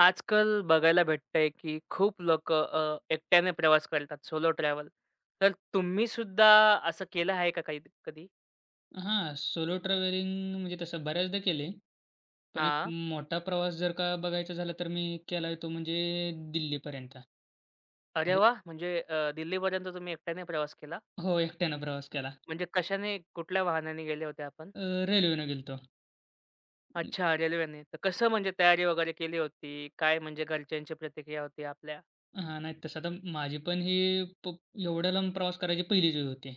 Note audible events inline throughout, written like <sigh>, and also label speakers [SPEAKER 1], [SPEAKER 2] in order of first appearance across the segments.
[SPEAKER 1] आजकाल बघायला भेटतंय, की खूप लोकं एकट्याने प्रवास करतात, सोलो ट्रॅव्हल. तर तुम्ही सुद्धा असं केलं आहे का काही कधी?
[SPEAKER 2] हां, सोलो ट्रॅव्हलिंग म्हणजे तसं बऱ्याचदा केलंय. पण एक
[SPEAKER 1] हां.
[SPEAKER 2] मोठा प्रवास जर का बघायचा झाला, तर मी केलाय तो म्हणजे दिल्लीपर्यंत.
[SPEAKER 1] अरे
[SPEAKER 2] म्हणजे
[SPEAKER 1] वाह! म्हणजे दिल्लीपर्यंत तुम्ही एकट्याने प्रवास केला?
[SPEAKER 2] हो, एकट्यानं प्रवास केला.
[SPEAKER 1] म्हणजे कशाने, कुठल्या वाहनाने गेले होते आपण?
[SPEAKER 2] अ, रेल्वेनं गेलतो.
[SPEAKER 1] अच्छा, रेल्वेने. तर कसं म्हणजे तयारी वगैरे केली होती? काय म्हणजे घरच्यांची प्रतिक्रिया होती आपल्या?
[SPEAKER 2] हां, नाही तसं तर माझी पण ही एवढ्या लांब प्रवास करायची पहिलीच वेळ होती.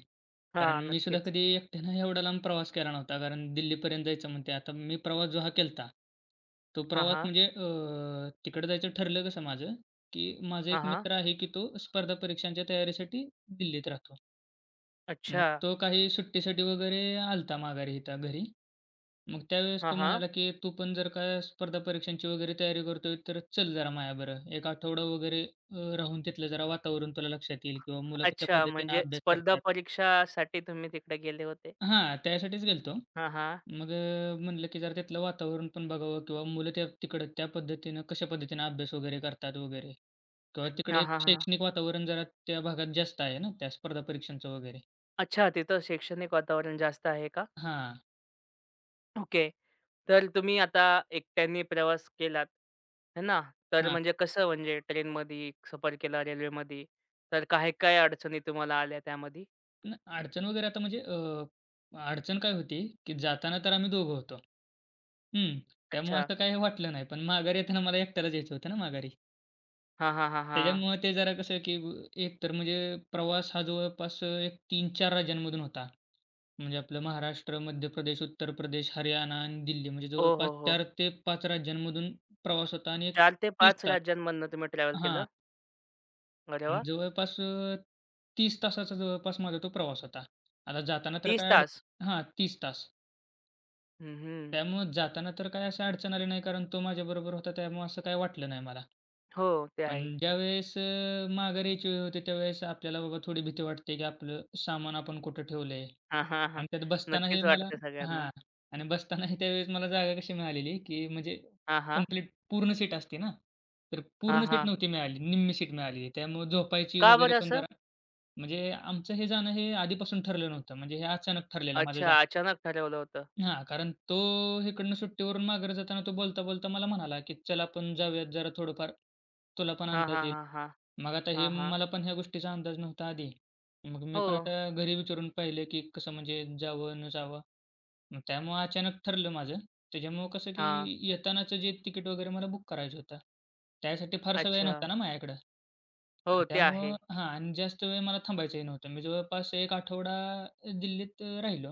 [SPEAKER 1] हां,
[SPEAKER 2] कारण मी सुद्धा
[SPEAKER 1] नक्कीच.
[SPEAKER 2] कधी एकट्यानं एवढा लांब प्रवास केला नव्हता. कारण दिल्लीपर्यंत जायचं म्हणते. आता मी प्रवास जो हा केलता, तो
[SPEAKER 1] हां,
[SPEAKER 2] प्रवास
[SPEAKER 1] हां.
[SPEAKER 2] म्हणजे तिकडं जायचं ठरलं कसं माझं, की माझा
[SPEAKER 1] हां,
[SPEAKER 2] एक
[SPEAKER 1] हां.
[SPEAKER 2] मित्र आहे, की तो स्पर्धा परीक्षांच्या तयारीसाठी दिल्लीत राहतो. मग
[SPEAKER 1] अच्छा.
[SPEAKER 2] तो काही सुट्टीसाठी वगैरे आला होता माघारी इथं घरी. मग त्यावेळेस
[SPEAKER 1] हां,
[SPEAKER 2] तो
[SPEAKER 1] हां.
[SPEAKER 2] म्हणाला, की "तू पण जर का स्पर्धा परीक्षांची वगैरे तयारी करतोय, तर चल जरा माझ्याबरोबर. 1 आठवडा वगैरे राहून तिथलं जरा वातावरण तुला लक्षात येईल किंवा मुलं कशा
[SPEAKER 1] अच्छा,
[SPEAKER 2] पद्धतीने
[SPEAKER 1] म्हणजे
[SPEAKER 2] अभ्यास
[SPEAKER 1] स्पर्धा
[SPEAKER 2] करतात."
[SPEAKER 1] परीक्षासाठी तुम्ही तिकडे गेले होते.
[SPEAKER 2] हां, त्यासाठीच गेलो.
[SPEAKER 1] हां, हां.
[SPEAKER 2] मग म्हटलं, की "जरा तिथलं वातावरण पण बघावं किंवा मुलं त्या तिकडं त्या पद्धतीनं कशा पद्धतीनं अभ्यास वगैरे करतात वगैरे किंवा तिकडे
[SPEAKER 1] हां,
[SPEAKER 2] एक
[SPEAKER 1] हां, हां.
[SPEAKER 2] शैक्षणिक वातावरण जरा त्या भागात जास्त आहे ना, त्या स्पर्धा परीक्षांचं वगैरे."
[SPEAKER 1] अच्छा, तिथं शैक्षणिक वातावरण जास्त आहे का?
[SPEAKER 2] हां,
[SPEAKER 1] ओके. तर तुम्ही आता एकट्याने प्रवास केलात, है ना? तर
[SPEAKER 2] हां.
[SPEAKER 1] म्हणजे कसं म्हणजे ट्रेनमध्ये सफर केला, रेल्वेमध्ये, तर काय-काय अडचणी तुम्हाला आल्या त्यामध्ये?
[SPEAKER 2] अडचण वगैरे आता म्हणजे अडचण काय होती, की जाताना तर आम्ही दोघं होतो. हं. त्यामुळे
[SPEAKER 1] अच्छा.
[SPEAKER 2] असं काही वाटलं नाही. पण माघारी येताना मला एकट्यालाच यायचं होतं ना माघारी.
[SPEAKER 1] हां, हां, हां, हां.
[SPEAKER 2] त्याच्यामुळे ते जरा कसं, की एकतर म्हणजे प्रवास हा जवळपास एक 3-4 राज्यांमधून होता. म्हणजे आपलं महाराष्ट्र, मध्य प्रदेश, उत्तर प्रदेश, हरियाणा आणि दिल्ली म्हणजे
[SPEAKER 1] हो,
[SPEAKER 2] जवळपास
[SPEAKER 1] हो, हो.
[SPEAKER 2] 4 ते 5 राज्यांमधून प्रवास होता आणि एक
[SPEAKER 1] 4 ते
[SPEAKER 2] 30
[SPEAKER 1] 5
[SPEAKER 2] तास.
[SPEAKER 1] राज्यांमधनं तुम्ही ट्रॅव्हल केलं.
[SPEAKER 2] हां.
[SPEAKER 1] अरे वाह!
[SPEAKER 2] जवळपास 30 तासाचा जवळपास माझा तो प्रवास होता. आता जाताना तर
[SPEAKER 1] 30
[SPEAKER 2] काय
[SPEAKER 1] तास.
[SPEAKER 2] हां, 30 तास.
[SPEAKER 1] हं, हं.
[SPEAKER 2] त्यामुळं जाताना तर काय अशी अडचण आली नाही, कारण तो माझ्याबरोबर होता त्यामुळं असं काही वाटलं नाही मला.
[SPEAKER 1] हो, ते
[SPEAKER 2] पण
[SPEAKER 1] आहे.
[SPEAKER 2] ज्यावेळेस माघारी यायची वेळ होते त्यावेळेस आपल्याला बाबा थोडी भीती वाटते, की आपलं सामान आपण कुठं ठेवलंय?
[SPEAKER 1] हां, हां, हां.
[SPEAKER 2] आणि त्यात बसताना हे
[SPEAKER 1] नक्कीच
[SPEAKER 2] मला
[SPEAKER 1] वाटते सगळ्यांना.
[SPEAKER 2] हां. आणि बसताना हे त्यावेळेस मला जागा कशी मिळालेली, की म्हणजे
[SPEAKER 1] हां, हां.
[SPEAKER 2] कंप्लीट पूर्ण सीट असते ना, तर
[SPEAKER 1] हां,
[SPEAKER 2] पूर्ण सीट
[SPEAKER 1] हां.
[SPEAKER 2] नव्हती मिळाली, निम्मी सीट मिळाली. त्यामुळं झोपायची
[SPEAKER 1] का
[SPEAKER 2] वगैरे
[SPEAKER 1] बरं
[SPEAKER 2] पण
[SPEAKER 1] असं?
[SPEAKER 2] जरा. म्हणजे आमचं हे जाणं हे आधीपासून ठरलं नव्हतं. म्हणजे हे अचानक ठरलेलं माझं
[SPEAKER 1] अच्छा,
[SPEAKER 2] जाणं.
[SPEAKER 1] अचानक ठरवलं होतं.
[SPEAKER 2] हां, कारण तो इकडनं सुट्टीवरून माघारी जाताना तो बोलता-बोलता मला म्हणाला, की "चल आपण जाऊयात जरा थोडंफार. तुला पण
[SPEAKER 1] हां,
[SPEAKER 2] अंदाज
[SPEAKER 1] हां,
[SPEAKER 2] येईल."
[SPEAKER 1] हां, हां.
[SPEAKER 2] मग आता हे
[SPEAKER 1] हां, हां.
[SPEAKER 2] मला पण ह्या गोष्टीचा अंदाज नव्हता आधी. मग मी
[SPEAKER 1] हो.
[SPEAKER 2] पण आता घरी विचारून पाहिलं, की कसं म्हणजे जावं, न जावं. मग त्यामुळं अचानक ठरलं माझं. त्याच्यामुळं कसं, की
[SPEAKER 1] हां.
[SPEAKER 2] येतानाचं जे तिकीट वगैरे मला बुक करायचं होतं. त्यासाठी फारसा वेळ
[SPEAKER 1] अच्छा.
[SPEAKER 2] नव्हता ना माझ्याकडं.
[SPEAKER 1] हो,
[SPEAKER 2] आणि
[SPEAKER 1] ते
[SPEAKER 2] त्यामुळं
[SPEAKER 1] आहे.
[SPEAKER 2] हां, आणि जास्त वेळ मला थांबायचंही नव्हतं. मी जवळपास 1 आठवडा दिल्लीत राहिलो.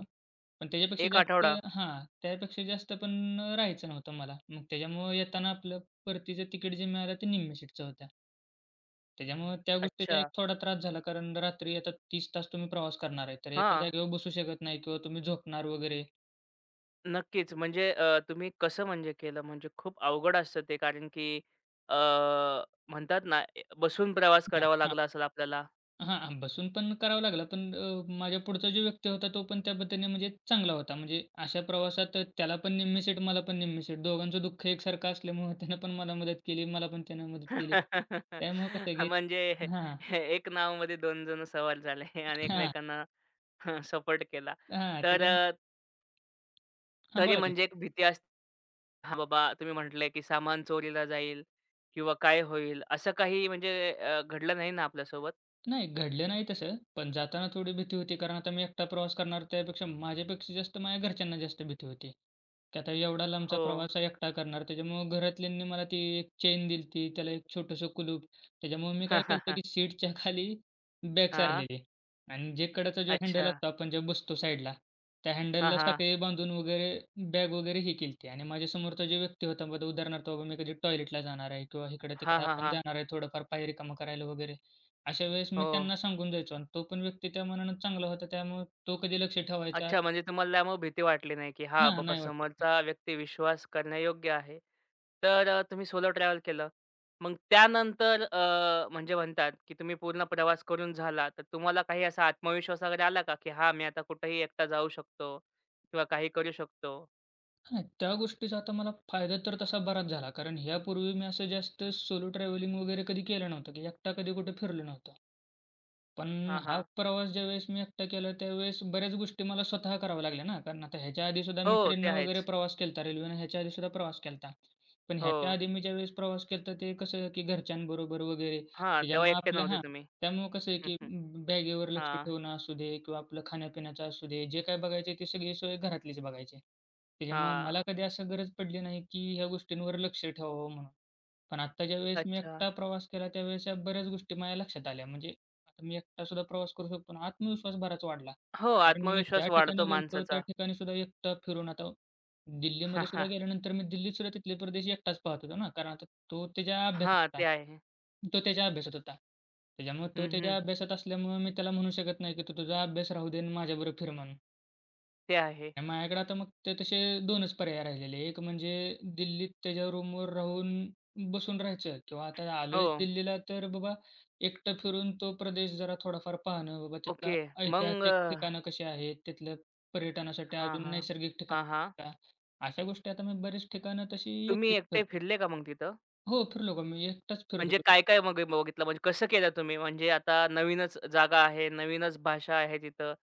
[SPEAKER 2] पण त्याच्यापेक्षा
[SPEAKER 1] एक
[SPEAKER 2] जास्त.
[SPEAKER 1] आठवडा.
[SPEAKER 2] हां, त्यापेक्षा जास्त पण राहायचं नव्हतं मला. मग त्याच्यामुळं येताना आपलं परतीचं तिकीट जे मिळालं ते निम्म्या सीटचं होत्या. त्याच्यामुळं त्या गोष्टीचा
[SPEAKER 1] अच्छा.
[SPEAKER 2] एक थोडा त्रास झाला, कारण रात्री आता 30 तास तुम्ही प्रवास करणार आहे. तर एका
[SPEAKER 1] हां.
[SPEAKER 2] जागेवर बसू शकत नाही किंवा तुम्ही झोपणार वगैरे.
[SPEAKER 1] नक्कीच. म्हणजे तुम्ही कसं म्हणजे केलं? म्हणजे खूप अवघड असतं ते कारण की अ, म्हणतात ना, ए बसून प्रवास
[SPEAKER 2] हां,
[SPEAKER 1] करावा
[SPEAKER 2] हां.
[SPEAKER 1] लागला असेल आपल्याला.
[SPEAKER 2] हां, बसून पण करावं लागलं. पण माझ्या पुढचा जो व्यक्ती होता तो पण त्या पद्धतीने म्हणजे चांगला होता. म्हणजे अशा प्रवासात त्याला पण निम्मी सीट, मला पण निम्मी सीट. दोघांचं दुःख एकसारखं असल्यामुळं <laughs> त्यानं पण मला मदत केली, मला पण त्यानं मदत केली.
[SPEAKER 1] <laughs>
[SPEAKER 2] त्यामुळं कसं की.
[SPEAKER 1] म्हणजे
[SPEAKER 2] हां,
[SPEAKER 1] हे एक नावामध्ये 2 जण सवार झाले आणि
[SPEAKER 2] हां,
[SPEAKER 1] एकमेकांना <laughs> सपोर्ट केला.
[SPEAKER 2] हां.
[SPEAKER 1] तर
[SPEAKER 2] त्याच्यामुळं.
[SPEAKER 1] अ,
[SPEAKER 2] हां,
[SPEAKER 1] तरी
[SPEAKER 2] बोला की.
[SPEAKER 1] म्हणजे एक भीती असते. हां, बाबा तुम्ही म्हटले, की सामान चोरीला जाईल किंवा काय होईल? असं काही म्हणजे घडलं नाही ना आपल्यासोबत?
[SPEAKER 2] नाही, घडलं नाही तसं. पण जाताना थोडी भीती होती. कारण आता मी एकटा प्रवास करणार त्यापेक्षा माझ्यापेक्षा जास्त माझ्या घरच्यांना जास्त भीती होती. की आता एवढा लांबचा
[SPEAKER 1] हो.
[SPEAKER 2] प्रवास एकटा करणार. त्याच्यामुळं घरातल्यांनी मला ती एक चेन दिली होती. त्याला एक छोटंसं कुलूप. त्याच्यामुळे मी
[SPEAKER 1] <laughs>
[SPEAKER 2] काय
[SPEAKER 1] हां,
[SPEAKER 2] केलं
[SPEAKER 1] हां,
[SPEAKER 2] होतं, की सीटच्या खाली बॅग सारलेली आणि जे कडेचा जो
[SPEAKER 1] अच्छा.
[SPEAKER 2] हँडल असतो आपण जे बसतो साईडला, त्या
[SPEAKER 1] हां,
[SPEAKER 2] हँडलला
[SPEAKER 1] हां.
[SPEAKER 2] साखळी बांधून वगैरे बॅग वगैरे ही केली आणि माझ्यासमोरचा जो व्यक्ती होता, बघा उदाहरणार्थ बाबा मी कधी टॉयलेटला जाणार आहे किंवा
[SPEAKER 1] हां,
[SPEAKER 2] इकडं-तिकडं
[SPEAKER 1] हां,
[SPEAKER 2] आपण
[SPEAKER 1] हां.
[SPEAKER 2] जाणार आहे थोडंफार पाय रिकामा करायला वगैरे. अशा वेळेस मी
[SPEAKER 1] हो.
[SPEAKER 2] त्यांना सांगून जायचो आणि तो पण व्यक्ती त्या मानानं चांगला होता. त्यामुळे तो कधी लक्ष ठेवायचा.
[SPEAKER 1] अच्छा, म्हणजे तुम्हाला त्यामुळे भीती वाटली नाही, की हां,
[SPEAKER 2] हां,
[SPEAKER 1] बाबा
[SPEAKER 2] नाही वाटत.
[SPEAKER 1] समोरचा व्यक्ती विश्वास करण्यायोग्य आहे. तुम्ही सोलो ट्रॅव्हल केलं. मग त्यानंतर म्हणजे म्हणतात, की तुम्ही पूर्ण प्रवास करून झाला, तर तुम्हाला काही असा आत्मविश्वास वगैरे आला का, की हां, मी आता कुठेही एकटा जाऊ शकतो किंवा काही करू शकतो?
[SPEAKER 2] हां, त्या गोष्टीचा आता मला फायदा तर तसा बराच झाला. कारण ह्यापूर्वी मी असं जास्त सोलो ट्रॅव्हलिंग वगैरे कधी केलं नव्हतं, की एकटा कधी कुठे फिरलो नव्हतो. पण
[SPEAKER 1] हां,
[SPEAKER 2] हा
[SPEAKER 1] हां.
[SPEAKER 2] प्रवास ज्यावेळेस मी एकटा केला, त्यावेळेस बऱ्याच गोष्टी मला स्वतः कराव्या लागल्या ना. कारण आता ह्याच्या आधीसुद्धा मी
[SPEAKER 1] हो, ते
[SPEAKER 2] ट्रेननं वगैरे
[SPEAKER 1] आहेच.
[SPEAKER 2] प्रवास केला होता. रेल्वेनं ह्याच्या आधीसुद्धा प्रवास केला होता. पण
[SPEAKER 1] हो.
[SPEAKER 2] ह्याच्या आधी मी ज्यावेळेस प्रवास केला ते कसं आहे, की घरच्यांबरोबर वगैरे
[SPEAKER 1] हां, तेव्हा
[SPEAKER 2] त्याच्यामुळं
[SPEAKER 1] एकटे
[SPEAKER 2] आपल्या.
[SPEAKER 1] नव्हते
[SPEAKER 2] हां,
[SPEAKER 1] तुम्ही.
[SPEAKER 2] त्यामुळं कसं आहे,
[SPEAKER 1] हं,
[SPEAKER 2] की
[SPEAKER 1] हं.
[SPEAKER 2] बॅगेवर लक्ष
[SPEAKER 1] हां,
[SPEAKER 2] ठेवणं असू दे किंवा आपलं खाण्यापिण्याचं असू दे, जे काय बघायचे ते सगळी सोय घरातलीच बघायची. त्याच्यामुळं मला
[SPEAKER 1] हां.
[SPEAKER 2] कधी असं गरज पडली नाही, की ह्या गोष्टींवर लक्ष ठेवावं म्हणून. पण आत्ता ज्यावेळेस मी
[SPEAKER 1] अच्छा.
[SPEAKER 2] एकटा प्रवास केला, त्यावेळेस ह्या बऱ्याच गोष्टी माझ्या लक्षात आल्या. म्हणजे आता मी एकटा सुद्धा प्रवास करू शकतो आणि आत्मविश्वास बराच वाढला.
[SPEAKER 1] हो,
[SPEAKER 2] कारण मी ज्या
[SPEAKER 1] आत्मविश्वास वाढतो
[SPEAKER 2] ठिकाणी गेलो त्या
[SPEAKER 1] माणसाचा.
[SPEAKER 2] ठिकाणी सुद्धा एकटा फिरून आता दिल्लीमध्ये सुद्धा
[SPEAKER 1] <laughs>
[SPEAKER 2] गेल्यानंतर मी दिल्लीत सुद्धा तिथले प्रदेश एकटाच पाहत होतो ना, कारण आता तो त्याच्या
[SPEAKER 1] हां,
[SPEAKER 2] अभ्यासात होता.
[SPEAKER 1] ते आहे.
[SPEAKER 2] तो त्याच्या अभ्यासात होता. त्याच्यामुळे तो
[SPEAKER 1] हं, हं.
[SPEAKER 2] त्याच्या अभ्यासात असल्यामुळे मी त्याला म्हणू शकत नाही, की "तू तुझा अभ्यास राहू दे आणि माझ्याबरोबर फिर" म्हणून.
[SPEAKER 1] ते आहे.
[SPEAKER 2] नाही, माझ्याकडे आता मग ते तसे 2च पर्याय राहिलेले. एक म्हणजे दिल्लीत त्याच्या रूमवर राहून बसून राहायचं किंवा आता
[SPEAKER 1] हो.
[SPEAKER 2] आलोयच दिल्लीला तर बाबा एकटं फिरून तो प्रदेश जरा थोडाफार पाहणं. बाबा तिथला
[SPEAKER 1] ओके.
[SPEAKER 2] ऐतिहासिक ठिकाणं कशी आहेत, तिथलं पर्यटनासाठी
[SPEAKER 1] हां,
[SPEAKER 2] अजून
[SPEAKER 1] हां.
[SPEAKER 2] नैसर्गिक
[SPEAKER 1] हां, हां.
[SPEAKER 2] ठिकाणं का? अशा गोष्टी आता मी बरीच ठिकाणं तशी
[SPEAKER 1] तुम्ही
[SPEAKER 2] एकटीच
[SPEAKER 1] एकटे
[SPEAKER 2] फिरलो.
[SPEAKER 1] फिरले का मग तिथं?
[SPEAKER 2] हो, फिरलो का? मी एकटाच फिरत
[SPEAKER 1] म्हणजे
[SPEAKER 2] होतो.
[SPEAKER 1] काय-काय मग बघितलं? म्हणजे कसं केलं तुम्ही? म्हणजे आता नवीनच जागा आहे, नवीनच भाषा आहे तिथं.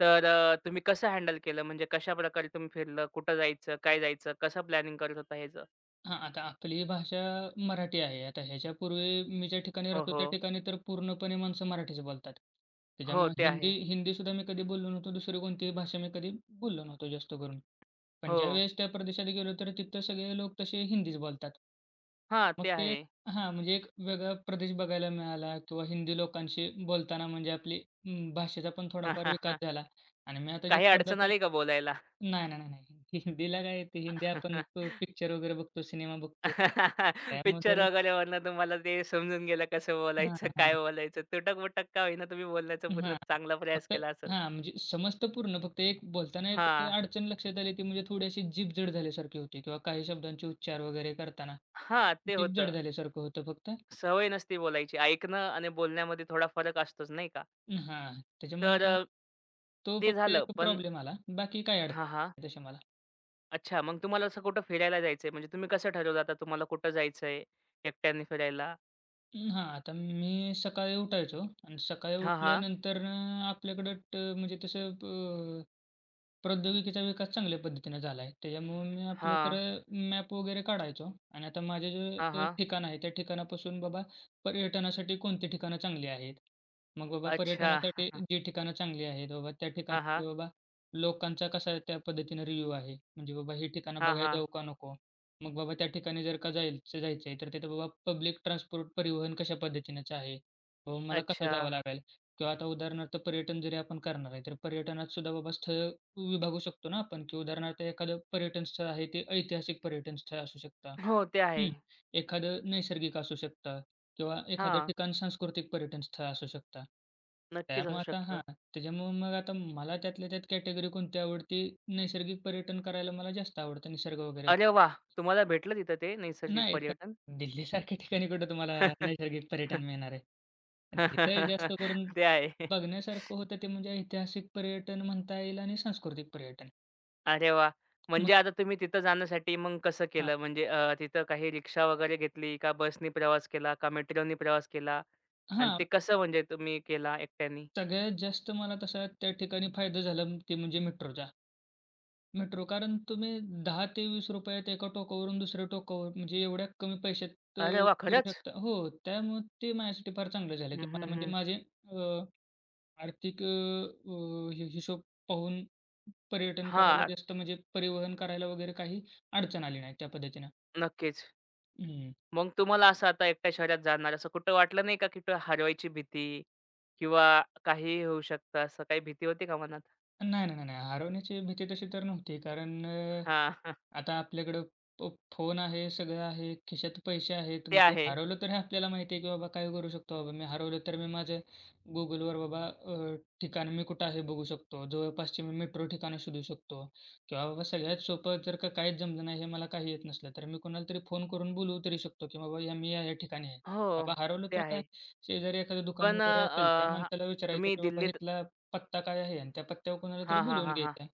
[SPEAKER 1] तुम्ही कसं हँडल केलं? म्हणजे कशाप्रकारे तुम्ही फिरलं? कुठं जायचं? काय जायचं? कसं प्लॅनिंग करत होता ह्याचं?
[SPEAKER 2] हां, आता आपली भाषा मराठी आहे. आता ह्याच्यापूर्वी मी ज्या ठिकाणी
[SPEAKER 1] हो,
[SPEAKER 2] राहतो
[SPEAKER 1] हो.
[SPEAKER 2] त्या ठिकाणी तर पूर्णपणे माणसं मराठीच बोलतात.
[SPEAKER 1] हो,
[SPEAKER 2] त्याच्यामुळे
[SPEAKER 1] ते आहे.
[SPEAKER 2] हिंदीसुद्धा मी कधी बोललो नव्हतो. दुसरी कोणतीही भाषा मी कधी बोललो नव्हतो जास्त करून. पण
[SPEAKER 1] हो.
[SPEAKER 2] ज्यावेळेस त्या प्रदेशात गेलो तर तिथं सगळे लोक तसे हिंदीच बोलतात.
[SPEAKER 1] हां,
[SPEAKER 2] मग
[SPEAKER 1] ते
[SPEAKER 2] ते
[SPEAKER 1] आहे.
[SPEAKER 2] हां, म्हणजे एक वेगळा प्रदेश बघायला मिळाला किंवा हिंदी लोकांशी बोलताना म्हणजे आपली भाषेचा पण थोडाफार विकास
[SPEAKER 1] <laughs>
[SPEAKER 2] झाला आणि मी आता जे
[SPEAKER 1] काही
[SPEAKER 2] स्पर्धा
[SPEAKER 1] अडचण
[SPEAKER 2] प
[SPEAKER 1] आली का बोलायला?
[SPEAKER 2] नाही, नाही, नाही, नाही. <laughs> हिंदीला काय, ते हिंदी आपण
[SPEAKER 1] <laughs>
[SPEAKER 2] पिक्चर वगैरे बघतो, सिनेमा बघतो.
[SPEAKER 1] <laughs> पिक्चर
[SPEAKER 2] त्यामध्ये
[SPEAKER 1] वगैरेवरनं तुम्हाला ते समजून गेलं कसं
[SPEAKER 2] हां,
[SPEAKER 1] बोलायचं,
[SPEAKER 2] हां.
[SPEAKER 1] काय बोलायचं. तुटक-मुटक का होईना तुम्ही बोलण्याचा पूर्ण
[SPEAKER 2] हां.
[SPEAKER 1] चांगला प्रयास
[SPEAKER 2] फक्त.
[SPEAKER 1] केला असेल.
[SPEAKER 2] हां, म्हणजे समजतं पूर्ण. फक्त एक बोलताना एक
[SPEAKER 1] हां,
[SPEAKER 2] अडचण लक्षात आली, ती म्हणजे थोडी अशी जीभ जड झाल्यासारखी होती किंवा काही शब्दांचे उच्चार वगैरे करताना
[SPEAKER 1] हां, ते
[SPEAKER 2] जीभ जड
[SPEAKER 1] होतं.
[SPEAKER 2] झाल्यासारखं होतं फक्त.
[SPEAKER 1] सवय नसती बोलायची. ऐकणं आणि बोलण्यामध्ये थोडा फरक असतोच नाही का.
[SPEAKER 2] हां,
[SPEAKER 1] तर
[SPEAKER 2] त्याच्यामुळं
[SPEAKER 1] अ,
[SPEAKER 2] तो
[SPEAKER 1] ते
[SPEAKER 2] फक्त
[SPEAKER 1] झालं.
[SPEAKER 2] एक
[SPEAKER 1] पण
[SPEAKER 2] प्रॉब्लेम आला. बाकी काही अडचण
[SPEAKER 1] हां, हां.
[SPEAKER 2] नाही तशी मला.
[SPEAKER 1] अच्छा मग तुम्हाला असं कुठं फिरायला जायचंय म्हणजे तुम्ही कसं ठरवलं आता तुम्हाला कुठं जायचंय एकट्याने फिरायला?
[SPEAKER 2] हां, आता मी सकाळी उठायचो आणि सकाळी
[SPEAKER 1] हां, हां.
[SPEAKER 2] उठल्यानंतर आपल्याकडं म्हणजे तसं अ, प्रौद्योगिकीचा विकास चांगल्या पद्धतीनं झाला आहे. त्याच्यामुळे मी आपलं
[SPEAKER 1] हां.
[SPEAKER 2] सरळ मॅप वगैरे काढायचो आणि आता माझे जे
[SPEAKER 1] हां, हां.
[SPEAKER 2] ठिकाण आहे त्या ठिकाणापासून बाबा पर्यटनासाठी कोणती ठिकाणं चांगली आहेत. मग बाबा
[SPEAKER 1] अच्छा.
[SPEAKER 2] पर्यटनासाठी जी ठिकाणं चांगली आहेत बाबा त्या
[SPEAKER 1] हां, हां.
[SPEAKER 2] ठिकाणी बाबा लोकांचा कसा त्या पद्धतीनं रिव्ह्यू आहे. म्हणजे बाबा ही ठिकाणं
[SPEAKER 1] हां,
[SPEAKER 2] बघायला
[SPEAKER 1] हां.
[SPEAKER 2] जाऊ का नको? मग बाबा त्या ठिकाणी जर का जायचं जायचं आहे, तर तिथं बाबा पब्लिक ट्रान्सपोर्ट परिवहन कशा पद्धतीनेच आहे? बाबा मला कसं
[SPEAKER 1] अच्छा.
[SPEAKER 2] जावं लागेल? किंवा आता उदाहरणार्थ पर्यटन जरी आपण करणार आहे, तर पर्यटनात सुद्धा बाबा स्थळ विभागू शकतो ना आपण, की उदाहरणार्थ एखादं पर्यटन स्थळ आहे, ते ऐतिहासिक पर्यटन स्थळ असू शकतं.
[SPEAKER 1] हो, ते आहे.
[SPEAKER 2] हं. एखादं नैसर्गिक असू शकतं किंवा एखादं
[SPEAKER 1] हां.
[SPEAKER 2] ठिकाण सांस्कृतिक पर्यटन स्थळ असू शकतं.
[SPEAKER 1] नक्कीच असू
[SPEAKER 2] त्यामुळे आता
[SPEAKER 1] शकतं.
[SPEAKER 2] हां, त्याच्यामुळे मग आता मला त्यातल्या त्यात कॅटेगरी कोणती आवडते? नैसर्गिक पर्यटन करायला मला जास्त आवडतं, निसर्ग वगैरे.
[SPEAKER 1] अरे वाह! तुम्हाला भेटलं तिथं ते नैसर्गिक
[SPEAKER 2] नाही,
[SPEAKER 1] पर्यटन?
[SPEAKER 2] पण दिल्लीसारख्या ठिकाणी कुठं तुम्हाला नैसर्गिक पर्यटन
[SPEAKER 1] <laughs>
[SPEAKER 2] मिळणार आहे. तिथं जास्त करून
[SPEAKER 1] ते आहे.
[SPEAKER 2] बघण्यासारखं होतं ते म्हणजे ऐतिहासिक पर्यटन म्हणता येईल आणि सांस्कृतिक पर्यटन.
[SPEAKER 1] अरे वाह!
[SPEAKER 2] मग
[SPEAKER 1] म्हणजे आता तुम्ही तिथं जाण्यासाठी मग कसं
[SPEAKER 2] हां,
[SPEAKER 1] केलं? म्हणजे तिथं काही रिक्षा वगैरे घेतली का बसनी प्रवास केला का मेट्रोनी प्रवास केला? आणि ते
[SPEAKER 2] हां.
[SPEAKER 1] कसं म्हणजे तुम्ही केला एकट्यानी?
[SPEAKER 2] सगळ्यात जास्त मला तसा त्या ठिकाणी फायदा झाला ते म्हणजे मेट्रोचा. मेट्रो कारण तुम्ही ₹10 ते ₹20त एका टोकावरून दुसऱ्या टोकावर म्हणजे एवढ्या कमी पैशात अ,
[SPEAKER 1] अरे वाह!
[SPEAKER 2] फिरू
[SPEAKER 1] खरंच?
[SPEAKER 2] शकता. हो, त्यामुळे ते माझ्यासाठी फार चांगलं झालं,
[SPEAKER 1] हं,
[SPEAKER 2] की मला
[SPEAKER 1] हं,
[SPEAKER 2] म्हणजे
[SPEAKER 1] हं.
[SPEAKER 2] माझे अ, आर्थिक हिशोब पाहून पर्यटन करायला
[SPEAKER 1] हां,
[SPEAKER 2] जास्त म्हणजे परिवहन करायला वगैरे काही अडचण आली नाही त्या पद्धतीनं.
[SPEAKER 1] नक्कीच.
[SPEAKER 2] हं,
[SPEAKER 1] मग तुम्हाला असं आता एकट्या शहरात जाणार असं कुठं वाटलं नाही का, की कुठं हरवायची भीती किंवा काहीही होऊ शकतं असं काही भीती होती का मनात?
[SPEAKER 2] नाही, नाही, नाही, नाही. हरवण्याची भीती तशी तर नव्हती, कारण
[SPEAKER 1] हां.
[SPEAKER 2] आता आपल्याकडं फ फोन आहे, सगळं आहे, खिशात पैसे आहेत.
[SPEAKER 1] ते
[SPEAKER 2] म्हणजे
[SPEAKER 1] आहे.
[SPEAKER 2] हरवलं तर हे आपल्याला माहिती आहे, की बाबा काय करू शकतो बाबा मी हरवलं तर मी माझं Googleवर बाबा ठिकाण मी कुठं आहे बघू शकतो. जवळपासची मी मेट्रो ठिकाणं शोधू शकतो किंवा बाबा सगळ्यात सोपं जर का काहीच जमलं नाही, हे मला काही येत नसलं, तर मी कोणाला तरी फोन करून बोलवू तरी शकतो, की बाबा या मी या-या ठिकाणी आहे.
[SPEAKER 1] हो,
[SPEAKER 2] बाबा हरवलं
[SPEAKER 1] ते
[SPEAKER 2] तर काय,
[SPEAKER 1] आहे.
[SPEAKER 2] शेजारी एखादं दुकान
[SPEAKER 1] पण
[SPEAKER 2] वगैरे असेल, त्या
[SPEAKER 1] अ,
[SPEAKER 2] माणसाला विचारायचं,
[SPEAKER 1] तुम्ही
[SPEAKER 2] की बाबा
[SPEAKER 1] दिल्लीत
[SPEAKER 2] इथला पत्ता काय आहे आणि त्या पत्त्यावर कोणाला तरी
[SPEAKER 1] हां, हां,
[SPEAKER 2] बोलावून
[SPEAKER 1] हां, हां.
[SPEAKER 2] घ्यायचं आहे.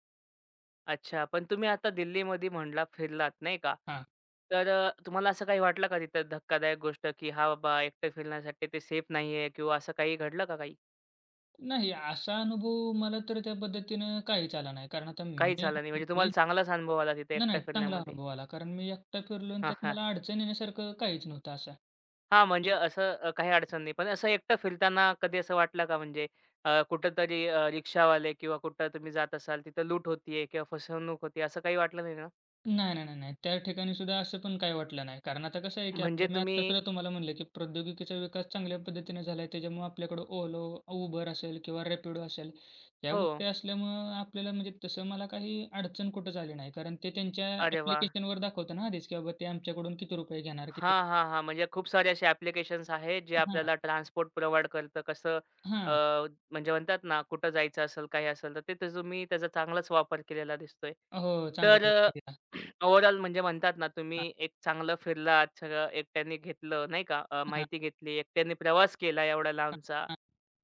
[SPEAKER 1] अच्छा. पण तुम्ही आता दिल्लीमध्ये म्हटला फिरलात नाही का?
[SPEAKER 2] हां.
[SPEAKER 1] तुम्हाला असं काही वाटलं का तिथं धक्कादायक गोष्ट, की "हां, बाबा एकटं फिरण्यासाठी ते सेफ नाहीये" किंवा असं काही घडलं का काही?
[SPEAKER 2] नाही, असा अनुभव मला तर त्या पद्धतीनं काहीच आला नाही. कारण आता मी
[SPEAKER 1] काहीच
[SPEAKER 2] मी.
[SPEAKER 1] आलं नाही. म्हणजे तुम्हाला
[SPEAKER 2] नाही,
[SPEAKER 1] चांगलाच अनुभव आला तिथे एकटं
[SPEAKER 2] नाही, चांगला
[SPEAKER 1] फिरण्यामध्ये.
[SPEAKER 2] अनुभव आला. कारण मी एकटा फिरलो आणि
[SPEAKER 1] हां,
[SPEAKER 2] त्यात
[SPEAKER 1] हां.
[SPEAKER 2] मला अडचण येण्यासारखं काहीच नव्हतं असं.
[SPEAKER 1] हां, म्हणजे असं काही अडचण नाही. पण असं एकटं फिरताना कधी असं वाटलं का म्हणजे कुठेतरी रिक्षावाले किंवा कुठं तुम्ही जात असाल, तिथं लूट होतीये किंवा फसवणूक होतीये असं काही वाटलं नाही ना?
[SPEAKER 2] नाही, नाही, नाही, नाही. त्या ठिकाणी सुद्धा असं पण काही वाटलं नाही. कारण आता कसं आहे, की
[SPEAKER 1] म्हणजे
[SPEAKER 2] आपलं मी
[SPEAKER 1] तुम्ही
[SPEAKER 2] आत्तासुद्धा तुम्हाला म्हणलं, की प्रौद्योगिकीचा विकास चांगल्या पद्धतीने झाला आहे. त्याच्यामुळं आपल्याकडं Olo, Uber असेल किंवा Rapido असेल, या
[SPEAKER 1] हो.
[SPEAKER 2] गोष्टी असल्यामुळं आपल्याला म्हणजे तसं मला काही अडचण कुठंच आली नाही. कारण ते त्यांच्या
[SPEAKER 1] अरे वाह!
[SPEAKER 2] ॲप्लिकेशनवर दाखवतं ना आधीच, की बाबा ते आमच्याकडून किती रुपये घेणार, किती.
[SPEAKER 1] हां, हां, हां. म्हणजे खूप सारे असे ॲप्लिकेशन्स आहेत, जे
[SPEAKER 2] हां,
[SPEAKER 1] आपल्याला ट्रान्सपोर्ट प्रोव्हाईड करतं. अ,
[SPEAKER 2] हां.
[SPEAKER 1] म्हणजे म्हणतात ना, कुठं जायचं असेल, काही असेल, तर ते त्याचं त्याचा चांगलाच वापर केलेला दिसतोय.
[SPEAKER 2] हो, चांगलाच
[SPEAKER 1] तर
[SPEAKER 2] उपयोग केला.
[SPEAKER 1] ओव्हरऑल <clears throat> म्हणजे म्हणतात ना,
[SPEAKER 2] हां,
[SPEAKER 1] तुम्ही एक चांगलं फिरलात, सगळं एकट्याने घेतलं, नाही का,
[SPEAKER 2] हां,
[SPEAKER 1] माहिती घेतली, एकट्याने प्रवास केला एवढा
[SPEAKER 2] हां,
[SPEAKER 1] लांबचा.
[SPEAKER 2] हां,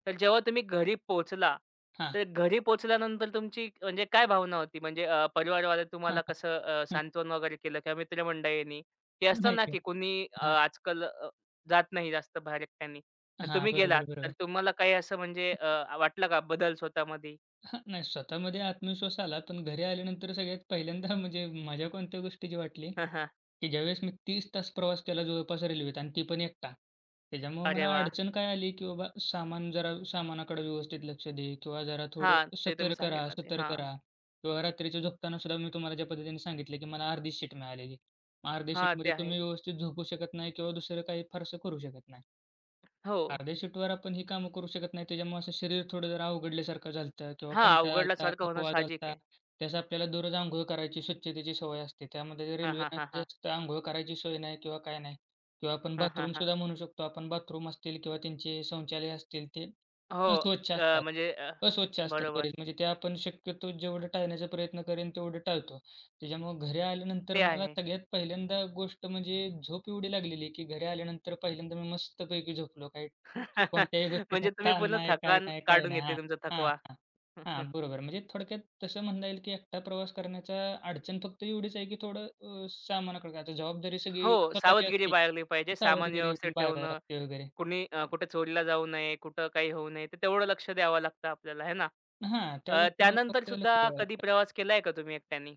[SPEAKER 1] तर जेव्हा तुम्ही घरी पोहोचला,
[SPEAKER 2] हां,
[SPEAKER 1] तर घरी पोहोचल्यानंतर तुमची म्हणजे काय भावना होती? म्हणजे परिवारवाले
[SPEAKER 2] हां,
[SPEAKER 1] तुम्हाला
[SPEAKER 2] हां,
[SPEAKER 1] कसं सांत्वन वगैरे केलं किंवा मित्रमंडळींनी? ते असतं ना,
[SPEAKER 2] नाही,
[SPEAKER 1] की कोणी
[SPEAKER 2] हां,
[SPEAKER 1] आजकाल जात नाही जास्त बाहेर एकट्याने आणि
[SPEAKER 2] हां.
[SPEAKER 1] तुम्ही गेलात,
[SPEAKER 2] बरोबर,
[SPEAKER 1] तर
[SPEAKER 2] बरोबर.
[SPEAKER 1] तुम्हाला काही असं म्हणजे वाटलं का बदल स्वतःमध्ये?
[SPEAKER 2] हां, नाही स्वतःमध्ये आत्मविश्वास आला, पण घरी आल्यानंतर सगळ्यात पहिल्यांदा म्हणजे मजा कोणत्या गोष्टीची वाटली,
[SPEAKER 1] <laughs>
[SPEAKER 2] की ज्यावेळेस मी 30 तास प्रवास केला जवळपास रेल्वेत आणि ती पण एकटा. त्याच्यामुळे
[SPEAKER 1] अरे
[SPEAKER 2] मला
[SPEAKER 1] वाह!
[SPEAKER 2] अडचण काय आली, की बाबा सामान जरा सामानाकडे व्यवस्थित लक्ष दे किंवा जरा
[SPEAKER 1] हां,
[SPEAKER 2] थोडं
[SPEAKER 1] ते तुम्ही
[SPEAKER 2] सतर्क राहा,
[SPEAKER 1] सांगितलं ते.
[SPEAKER 2] सतर्क
[SPEAKER 1] हां,
[SPEAKER 2] राहा किंवा रात्रीच्या झोपताना सुद्धा मी तुम्हाला ज्या पद्धतीने सांगितलं, की मला अर्धी सीट मिळालेली. मग अर्ध्या
[SPEAKER 1] हां, ते
[SPEAKER 2] सीटमध्ये
[SPEAKER 1] आहे.
[SPEAKER 2] तुम्ही व्यवस्थित झोपू शकत नाही किंवा दुसरं काही फारसं करू शकत नाही.
[SPEAKER 1] हो.
[SPEAKER 2] अर्ध्या शिफ्टवर आपण ही कामं करू शकत नाही. त्याच्यामुळे असं शरीर थोडं जरा अवघडल्यासारखं झालं होतं किंवा
[SPEAKER 1] हां,
[SPEAKER 2] कंटाळा आलता,
[SPEAKER 1] अवघडल्यासारखं
[SPEAKER 2] होता,
[SPEAKER 1] होणं
[SPEAKER 2] थकवा झाला
[SPEAKER 1] साहजिक
[SPEAKER 2] होता.
[SPEAKER 1] आहे.
[SPEAKER 2] त्यास आपल्याला दररोज अंघोळ करायची स्वच्छतेची सवय असते. त्यामध्ये
[SPEAKER 1] हां, हां,
[SPEAKER 2] रेल्वेनं
[SPEAKER 1] हां, हां.
[SPEAKER 2] जास्त अंघोळ करायची सोय नाही किंवा काय नाही किंवा आपण
[SPEAKER 1] हां, हां, हां.
[SPEAKER 2] बाथरूमसुद्धा म्हणू शकतो. आपण बाथरूम असतील किंवा त्यांचे शौचालय असतील ते
[SPEAKER 1] हो,
[SPEAKER 2] अस्वच्छ
[SPEAKER 1] अ,
[SPEAKER 2] असतात.
[SPEAKER 1] म्हणजे अ,
[SPEAKER 2] अस्वच्छ असतात
[SPEAKER 1] बरोबर.
[SPEAKER 2] बरेच. म्हणजे ते आपण शक्यतो जेवढं टाळण्याचा प्रयत्न करेन तेवढं टाळतो. त्याच्यामुळं घरी आल्यानंतर
[SPEAKER 1] ते
[SPEAKER 2] मला
[SPEAKER 1] आहे.
[SPEAKER 2] सगळ्यात पहिल्यांदा गोष्ट म्हणजे झोप एवढी लागलेली, की घरी आल्यानंतर पहिल्यांदा मी मस्तपैकी झोपलो. काही
[SPEAKER 1] <laughs>
[SPEAKER 2] कोणत्याही गोष्टीचा
[SPEAKER 1] म्हणजे तुम्ही
[SPEAKER 2] ताण
[SPEAKER 1] पूर्ण
[SPEAKER 2] नाही, काय
[SPEAKER 1] थकान
[SPEAKER 2] नाही, काय
[SPEAKER 1] काढून
[SPEAKER 2] नाही.
[SPEAKER 1] घेतली
[SPEAKER 2] हां,
[SPEAKER 1] तुमचा
[SPEAKER 2] हां,
[SPEAKER 1] थकवा.
[SPEAKER 2] हां.
[SPEAKER 1] <laughs>
[SPEAKER 2] हां, बरोबर. म्हणजे थोडक्यात तसं म्हणता येईल, की एकटा प्रवास करण्याचा अडचण फक्त एवढीच आहे, की थोडं सामानाकडे आता जबाबदारी सगळी
[SPEAKER 1] हो,
[SPEAKER 2] स्वतःची
[SPEAKER 1] सावधगिरी
[SPEAKER 2] असते.
[SPEAKER 1] बाळगली पाहिजे. सामान
[SPEAKER 2] सावधगिरी
[SPEAKER 1] व्यवस्थित
[SPEAKER 2] बाळगावी
[SPEAKER 1] ठेवणं
[SPEAKER 2] लागते वगैरे.
[SPEAKER 1] कुणी कुठे चोरीला जाऊ नये, कुठं काही होऊ नये, तर तेवढं लक्ष द्यावं लागतं आपल्याला आहे ना.
[SPEAKER 2] हां, त्या गोष्टींवर
[SPEAKER 1] त्यानंतर
[SPEAKER 2] फक्त
[SPEAKER 1] सुद्धा
[SPEAKER 2] लक्ष द्यावं
[SPEAKER 1] कधी
[SPEAKER 2] लागतं.
[SPEAKER 1] प्रवास केलाय का तुम्ही एकट्यानी?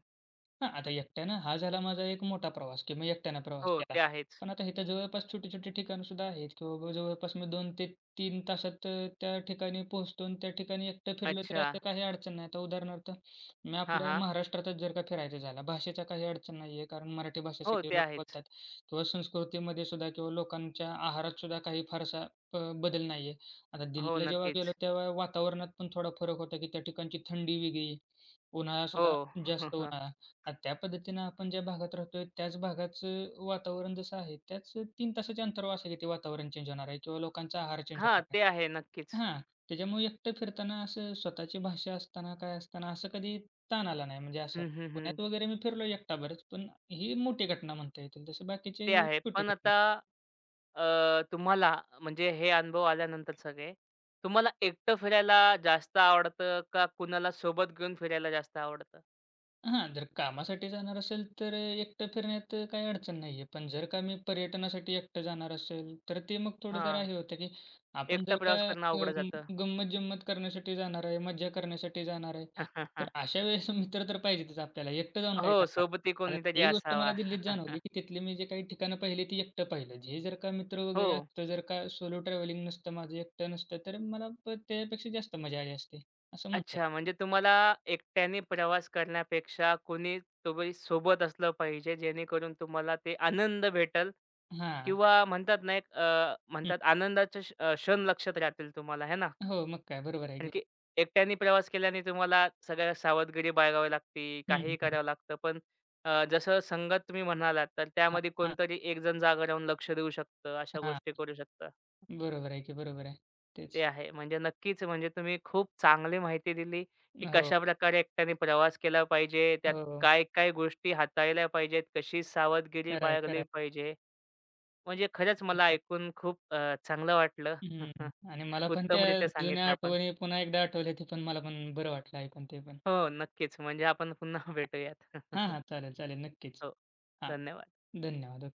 [SPEAKER 2] हां, आता एकट्यानं हा झाला माझा एक मोठा प्रवास, की मी एकट्यानं प्रवास
[SPEAKER 1] हो,
[SPEAKER 2] केला.
[SPEAKER 1] ते आहेच.
[SPEAKER 2] पण आता इथं जवळपास छोटी-छोटी ठिकाणंसुद्धा आहेत, की बाबा जवळपास मी 2 ते 3 तासात त्या ठिकाणी पोहोचतो आणि त्या ठिकाणी एकटं फिरलं तरी
[SPEAKER 1] अच्छा.
[SPEAKER 2] असं काही अडचण नाही. आता उदाहरणार्थ मी
[SPEAKER 1] हां,
[SPEAKER 2] आपल्या
[SPEAKER 1] हां.
[SPEAKER 2] महाराष्ट्रातच जर का फिरायचं झालं, भाषेचा काही अडचण नाही आहे, कारण मराठी भाषा
[SPEAKER 1] हो,
[SPEAKER 2] सगळे
[SPEAKER 1] ते
[SPEAKER 2] लोक
[SPEAKER 1] आहेच.
[SPEAKER 2] बोलतात किंवा संस्कृतीमध्ये सुद्धा किंवा लोकांच्या आहारात सुद्धा काही फारसा ब बदल नाही आहे. आता
[SPEAKER 1] हो,
[SPEAKER 2] दिल्लीला जेव्हा गेलो
[SPEAKER 1] नक्कीच.
[SPEAKER 2] तेव्हा वातावरणात पण थोडा फरक होता, की त्या ठिकाणची थंडी वेगळी, उन्हाळासुद्धा
[SPEAKER 1] हो.
[SPEAKER 2] जास्त
[SPEAKER 1] <laughs>
[SPEAKER 2] उन्हाळा. आणि त्या पद्धतीनं आपण ज्या भागात राहतोय, त्याच भागाचं वातावरण जसं आहे, त्याच 3 तासाच्या अंतरावर असेल की ते वातावरण चेंज होणार आहे किंवा लोकांचा आहार चेंज
[SPEAKER 1] हां,
[SPEAKER 2] होणार आहे.
[SPEAKER 1] ते आहे नक्कीच.
[SPEAKER 2] हां, त्याच्यामुळे एकटं फिरताना असं स्वतःची भाषा असताना, काय असताना असं कधी ताण आला नाही. म्हणजे असं
[SPEAKER 1] हं, हं, हं.
[SPEAKER 2] पुण्यात वगैरे मी फिरलो एकटा बरंच, पण ही मोठी घटना म्हणता येतील. तसं बाकीचे
[SPEAKER 1] ते आहे.
[SPEAKER 2] छोटी
[SPEAKER 1] पण
[SPEAKER 2] घटना
[SPEAKER 1] आता अ, तुम्हाला म्हणजे हे अनुभव आल्यानंतर सगळे, तुम्हाला एकटं फिरायला जास्त आवडतं का कुणाला सोबत घेऊन फिरायला जास्त आवडतं?
[SPEAKER 2] हां, जर कामासाठी जाणार असेल तर एकटं फिरण्यात काही अडचण नाही आहे. पण जर का मी पर्यटनासाठी एकटं जाणार असेल, तर ते मग थोडं जरा
[SPEAKER 1] हां,
[SPEAKER 2] हे होतं, की आपण
[SPEAKER 1] एकटा
[SPEAKER 2] जर का
[SPEAKER 1] प्रवास करणं अवघड
[SPEAKER 2] अं,
[SPEAKER 1] जातं.
[SPEAKER 2] गंमत-जंमत करण्यासाठी जाणार आहे, मज्जा करण्यासाठी जाणार आहे, तर
[SPEAKER 1] <laughs>
[SPEAKER 2] अशा वेळेस <laughs> मित्र तर पाहिजेतच आपल्याला. एकटं जाऊन
[SPEAKER 1] हो,
[SPEAKER 2] काय करणार?
[SPEAKER 1] सोबती
[SPEAKER 2] आता
[SPEAKER 1] कोणीतरी
[SPEAKER 2] ती गोष्ट
[SPEAKER 1] असावा.
[SPEAKER 2] मला दिल्लीत जाणवली,
[SPEAKER 1] <laughs>
[SPEAKER 2] की तिथली मी जे काही ठिकाणं पाहिली ती एकटं पाहिलं. हे जर का मित्र
[SPEAKER 1] हो.
[SPEAKER 2] वगैरे असतं, जर का सोलो ट्रॅव्हलिंग नसतं, माझं एकटं नसतं, तर मला त्यापेक्षा जास्त मजा आली असती, असं म्हणता
[SPEAKER 1] अच्छा, म्हणजे तुम्हाला एकट्याने प्रवास करण्यापेक्षा कोणी तुम्ही सोबत असलं पाहिजे, जेणेकरून तुम्हाला ते आनंद भेटल।
[SPEAKER 2] येईल. हां.
[SPEAKER 1] किंवा म्हणतात ना, एक
[SPEAKER 2] हं.
[SPEAKER 1] म्हणतात आनंदाचे क्षण लक्षात राहतील तुम्हाला, है ना?
[SPEAKER 2] हो, मग काय बरोबर आहे
[SPEAKER 1] कारण
[SPEAKER 2] की.
[SPEAKER 1] की एकट्याने प्रवास केल्याने तुम्हाला सगळ्या सावधगिरी बाळगावी लागते,
[SPEAKER 2] हं,
[SPEAKER 1] काहीही
[SPEAKER 2] हं, हं.
[SPEAKER 1] करावं लागतं. पण जसं संगत तुम्ही म्हणालात, तर
[SPEAKER 2] हां,
[SPEAKER 1] त्यामध्ये
[SPEAKER 2] हां,
[SPEAKER 1] कोणतरी एक जण जागा राहून लक्ष देऊ शकतं, अशा
[SPEAKER 2] हां.
[SPEAKER 1] गोष्टी करू शकतं.
[SPEAKER 2] बरोबर आहे की, बरोबर आहे.
[SPEAKER 1] ते
[SPEAKER 2] तेच.
[SPEAKER 1] आहे. म्हणजे नक्कीच म्हणजे तुम्ही खूप चांगली माहिती दिली, की
[SPEAKER 2] हो, हो.
[SPEAKER 1] कशाप्रकारे एकट्याने प्रवास केला पाहिजे, त्यात
[SPEAKER 2] हो.
[SPEAKER 1] काय-काय गोष्टी हाताळल्या पाहिजेत, कशी सावधगिरी
[SPEAKER 2] खरं आहे, खरं
[SPEAKER 1] बाळगली
[SPEAKER 2] आहे.
[SPEAKER 1] पाहिजे. म्हणजे खरंच
[SPEAKER 2] मग
[SPEAKER 1] मला
[SPEAKER 2] काय.
[SPEAKER 1] ऐकून खूप चांगलं वाटलं.
[SPEAKER 2] हं.
[SPEAKER 1] <laughs>
[SPEAKER 2] आणि मला पण त्या
[SPEAKER 1] उत्तमरित्या
[SPEAKER 2] जुन्या
[SPEAKER 1] सांगितलं आपण.
[SPEAKER 2] आठवणी पुन्हा एकदा आठवल्या, ते पण मला पण बरं वाटलं ऐकून ते पण.
[SPEAKER 1] हो, नक्कीच. म्हणजे आपण पुन्हा भेटूयात.
[SPEAKER 2] हां,
[SPEAKER 1] <laughs>
[SPEAKER 2] हां. चालेल, चालेल. नक्कीच.
[SPEAKER 1] हो,
[SPEAKER 2] हां.
[SPEAKER 1] धन्यवाद.
[SPEAKER 2] धन्यवाद.